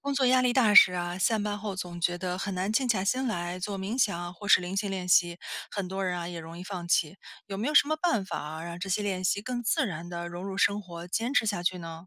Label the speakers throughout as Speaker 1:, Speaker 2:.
Speaker 1: 工作压力大时啊，下班后总觉得很难静下心来做冥想或是灵性练习，很多人啊也容易放弃。有没有什么办法啊，让这些练习更自然的融入生活，坚持下去呢？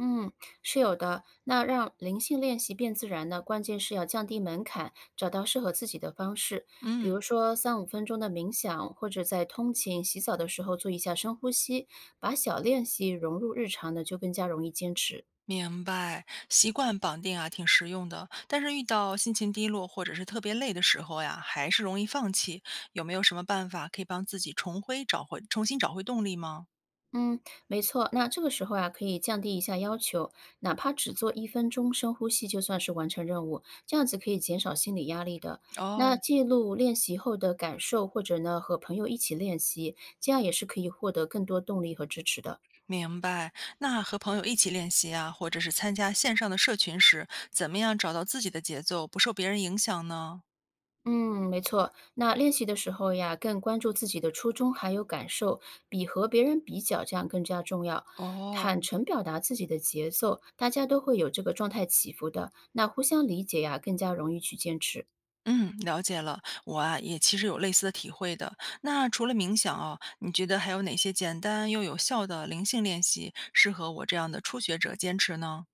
Speaker 2: 嗯，是有的。那让灵性练习变自然呢，关键是要降低门槛，找到适合自己的方式。比如
Speaker 1: 嗯，
Speaker 2: 说3~5分钟的冥想，或者在通勤、洗澡的时候做一下深呼吸，把小练习融入日常呢，就更加容易坚持。
Speaker 1: 明白，习惯绑定啊挺实用的，但是遇到心情低落或者是特别累的时候呀，还是容易放弃。有没有什么办法可以帮自己重新找回动力吗？
Speaker 2: 嗯，没错。那这个时候啊，可以降低一下要求，哪怕只做一分钟深呼吸，就算是完成任务，这样子可以减少心理压力的。那
Speaker 1: 哦。
Speaker 2: 记录练习后的感受，或者呢和朋友一起练习，这样也是可以获得更多动力和支持的。
Speaker 1: 明白。那和朋友一起练习啊，或者是参加线上的社群时，怎么样找到自己的节奏，不受别人影响呢？
Speaker 2: 嗯，没错。那练习的时候呀，更关注自己的初衷还有感受，比和别人比较这样更加重要。坦
Speaker 1: 哦，
Speaker 2: 诚表达自己的节奏，大家都会有这个状态起伏的，那互相理解呀，更加容易去坚持。
Speaker 1: 嗯，了解了。我啊，也其实有类似的体会的。那除了冥想哦，你觉得还有哪些简单又有效的灵性练习适合我这样的初学者坚持呢？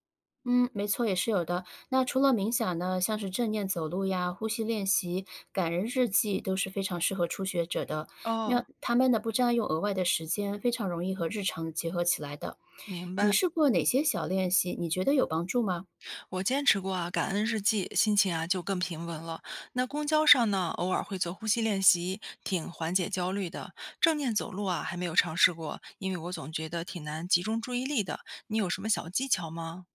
Speaker 2: 嗯，没错，也是有的。那除了冥想呢，像是正念走路呀、呼吸练习、感人日记都是非常适合初学者的。那
Speaker 1: 哦，
Speaker 2: 他们呢，不占用额外的时间，非常容易和日常结合起来的。
Speaker 1: 明
Speaker 2: 你
Speaker 1: 白。
Speaker 2: 试过哪些小练习？你觉得有帮助吗？
Speaker 1: 我坚持过啊，感恩日记，心情啊就更平稳了。那公交上呢，偶尔会做呼吸练习，挺缓解焦虑的。正念走路啊，还没有尝试过，因为我总觉得挺难集中注意力的。你有什么小技巧吗？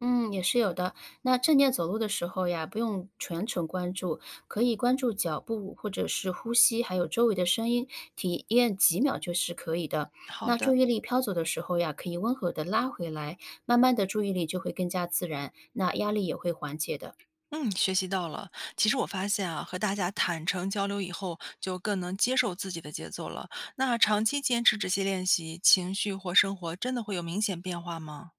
Speaker 2: 嗯，也是有的。那正念走路的时候呀，不用全程关注，可以关注脚步或者是呼吸，还有周围的声音，体验几秒就是可以的。
Speaker 1: 好
Speaker 2: 那注
Speaker 1: 的。
Speaker 2: 意力飘走的时候呀，可以温和的拉回来，慢慢的注意力就会更加自然，那压力也会缓解的。
Speaker 1: 嗯，学习到了。其实我发现啊，和大家坦诚交流以后，就更能接受自己的节奏了。那长期坚持这些练习，情绪或生活真的会有明显变化吗？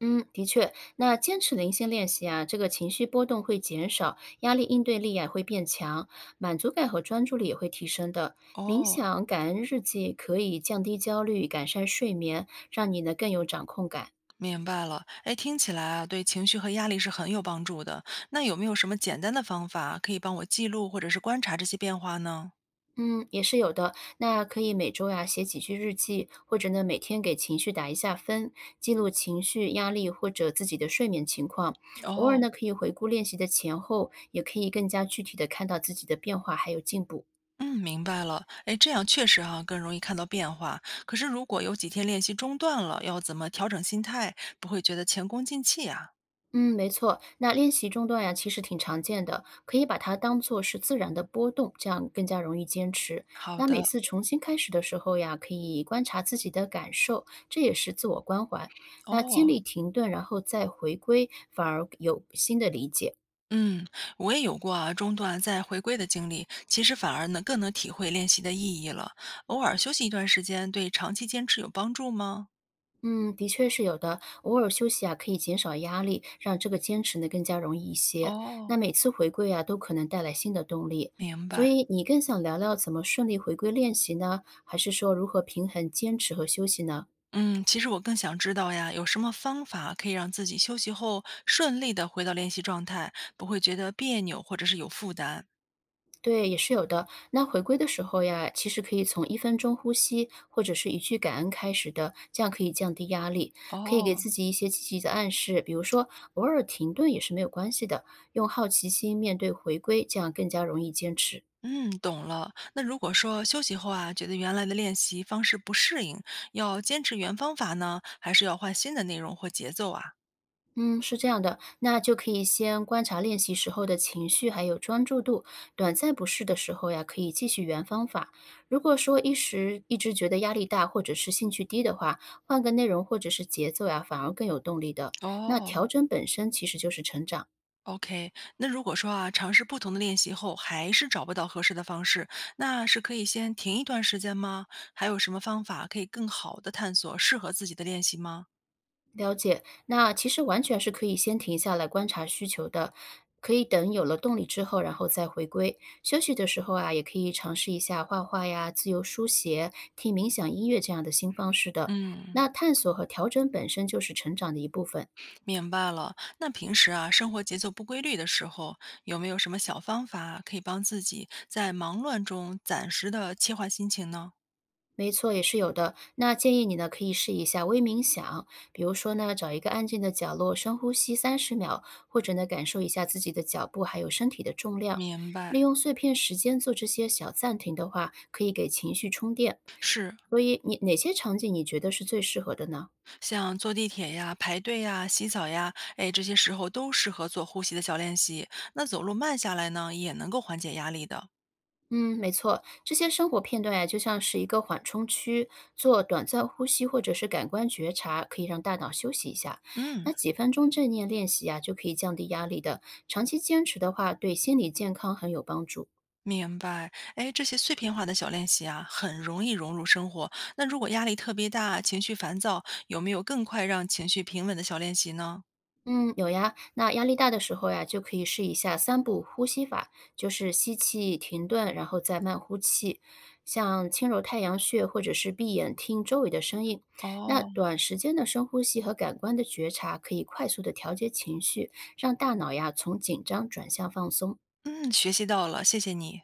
Speaker 2: 嗯，的确，那坚持零星练习啊，这个情绪波动会减少，压力应对力也会变强，满足感和专注力也会提升的。冥
Speaker 1: 哦，
Speaker 2: 想、感恩日记可以降低焦虑，改善睡眠，让你呢更有掌控感。
Speaker 1: 明白了，哎，听起来啊，对情绪和压力是很有帮助的。那有没有什么简单的方法可以帮我记录或者是观察这些变化呢？
Speaker 2: 嗯，也是有的。那可以每周呀、写几句日记，或者呢每天给情绪打一下分，记录情绪、压力或者自己的睡眠情况。偶尔
Speaker 1: 哦，
Speaker 2: 呢可以回顾练习的前后，也可以更加具体的看到自己的变化还有进步。
Speaker 1: 嗯，明白了。哎，这样确实哈、更容易看到变化。可是如果有几天练习中断了，要怎么调整心态，不会觉得前功尽弃啊？
Speaker 2: 嗯，没错。那练习中断呀，其实挺常见的，可以把它当做是自然的波动，这样更加容易坚持。
Speaker 1: 好
Speaker 2: 那每
Speaker 1: 的，
Speaker 2: 次重新开始的时候呀，可以观察自己的感受，这也是自我关怀。那经
Speaker 1: 哦。
Speaker 2: 历停顿，然后再回归，反而有新的理解。
Speaker 1: 嗯，我也有过啊，中断再回归的经历，其实反而能更能体会练习的意义了。偶尔休息一段时间，对长期坚持有帮助吗？
Speaker 2: 嗯，的确是有的。偶尔休息啊，可以减少压力，让这个坚持呢更加容易一些。那
Speaker 1: 哦，
Speaker 2: 每次回归啊，都可能带来新的动力。
Speaker 1: 明
Speaker 2: 所
Speaker 1: 白。
Speaker 2: 以你更想聊聊怎么顺利回归练习呢？还是说如何平衡坚持和休息呢？
Speaker 1: 嗯，其实我更想知道呀，有什么方法可以让自己休息后顺利的回到练习状态，不会觉得别扭或者是有负担？
Speaker 2: 对，也是有的。那回归的时候呀，其实可以从一分钟呼吸或者是一句感恩开始的，这样可以降低压力，可以给
Speaker 1: 哦，
Speaker 2: 自己一些积极的暗示，比如说偶尔停顿也是没有关系的，用好奇心面对回归，这样更加容易坚持。
Speaker 1: 嗯，懂了。那如果说休息后啊，觉得原来的练习方式不适应，要坚持原方法呢，还是要换新的内容或节奏啊？
Speaker 2: 嗯，是这样的，那就可以先观察练习时候的情绪，还有专注度。短暂不适的时候呀，可以继续原方法。如果说一时一直觉得压力大或者是兴趣低的话，换个内容或者是节奏呀，反而更有动力的。那
Speaker 1: 哦
Speaker 2: 调整本身其实就是成长。
Speaker 1: ，OK。那如果说啊，尝试不同的练习后还是找不到合适的方式，那是可以先停一段时间吗？还有什么方法可以更好的探索适合自己的练习吗？
Speaker 2: 了解，那其实完全是可以先停下来观察需求的，可以等有了动力之后，然后再回归。休息的时候啊，也可以尝试一下画画呀、自由书写、听冥想音乐这样的新方式的。
Speaker 1: 嗯，
Speaker 2: 那探索和调整本身就是成长的一部分，
Speaker 1: 明白了。那平时啊，生活节奏不规律的时候，有没有什么小方法可以帮自己在忙乱中暂时的切换心情呢？
Speaker 2: 没错，也是有的。那建议你呢，可以试一下微冥想，比如说呢，找一个安静的角落，深呼吸30秒，或者呢，感受一下自己的脚步还有身体的重量。
Speaker 1: 明
Speaker 2: 利
Speaker 1: 白，
Speaker 2: 用碎片时间做这些小暂停的话，可以给情绪充电。
Speaker 1: 是
Speaker 2: 所以，你哪些场景你觉得是最适合的呢？
Speaker 1: 像坐地铁呀、排队呀、洗澡呀，哎，这些时候都适合做呼吸的小练习。那走路慢下来呢，也能够缓解压力的。
Speaker 2: 嗯，没错，这些生活片段呀，就像是一个缓冲区，做短暂呼吸或者是感官觉察，可以让大脑休息一下。那
Speaker 1: 嗯，
Speaker 2: 几分钟正念练习呀，就可以降低压力的。长期坚持的话，对心理健康很有帮助。
Speaker 1: 明白。哎，这些碎片化的小练习啊，很容易融入生活。那如果压力特别大、情绪烦躁，有没有更快让情绪平稳的小练习呢？
Speaker 2: 嗯，有呀。那压力大的时候呀，就可以试一下3步呼吸法，就是吸气、停顿，然后再慢呼气。像轻揉太阳穴，或者是闭眼听周围的声音。那
Speaker 1: 哦，
Speaker 2: 短时间的深呼吸和感官的觉察，可以快速的调节情绪，让大脑呀从紧张转向放松。
Speaker 1: 嗯，学习到了，谢谢你。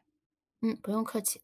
Speaker 2: 嗯，不用客气。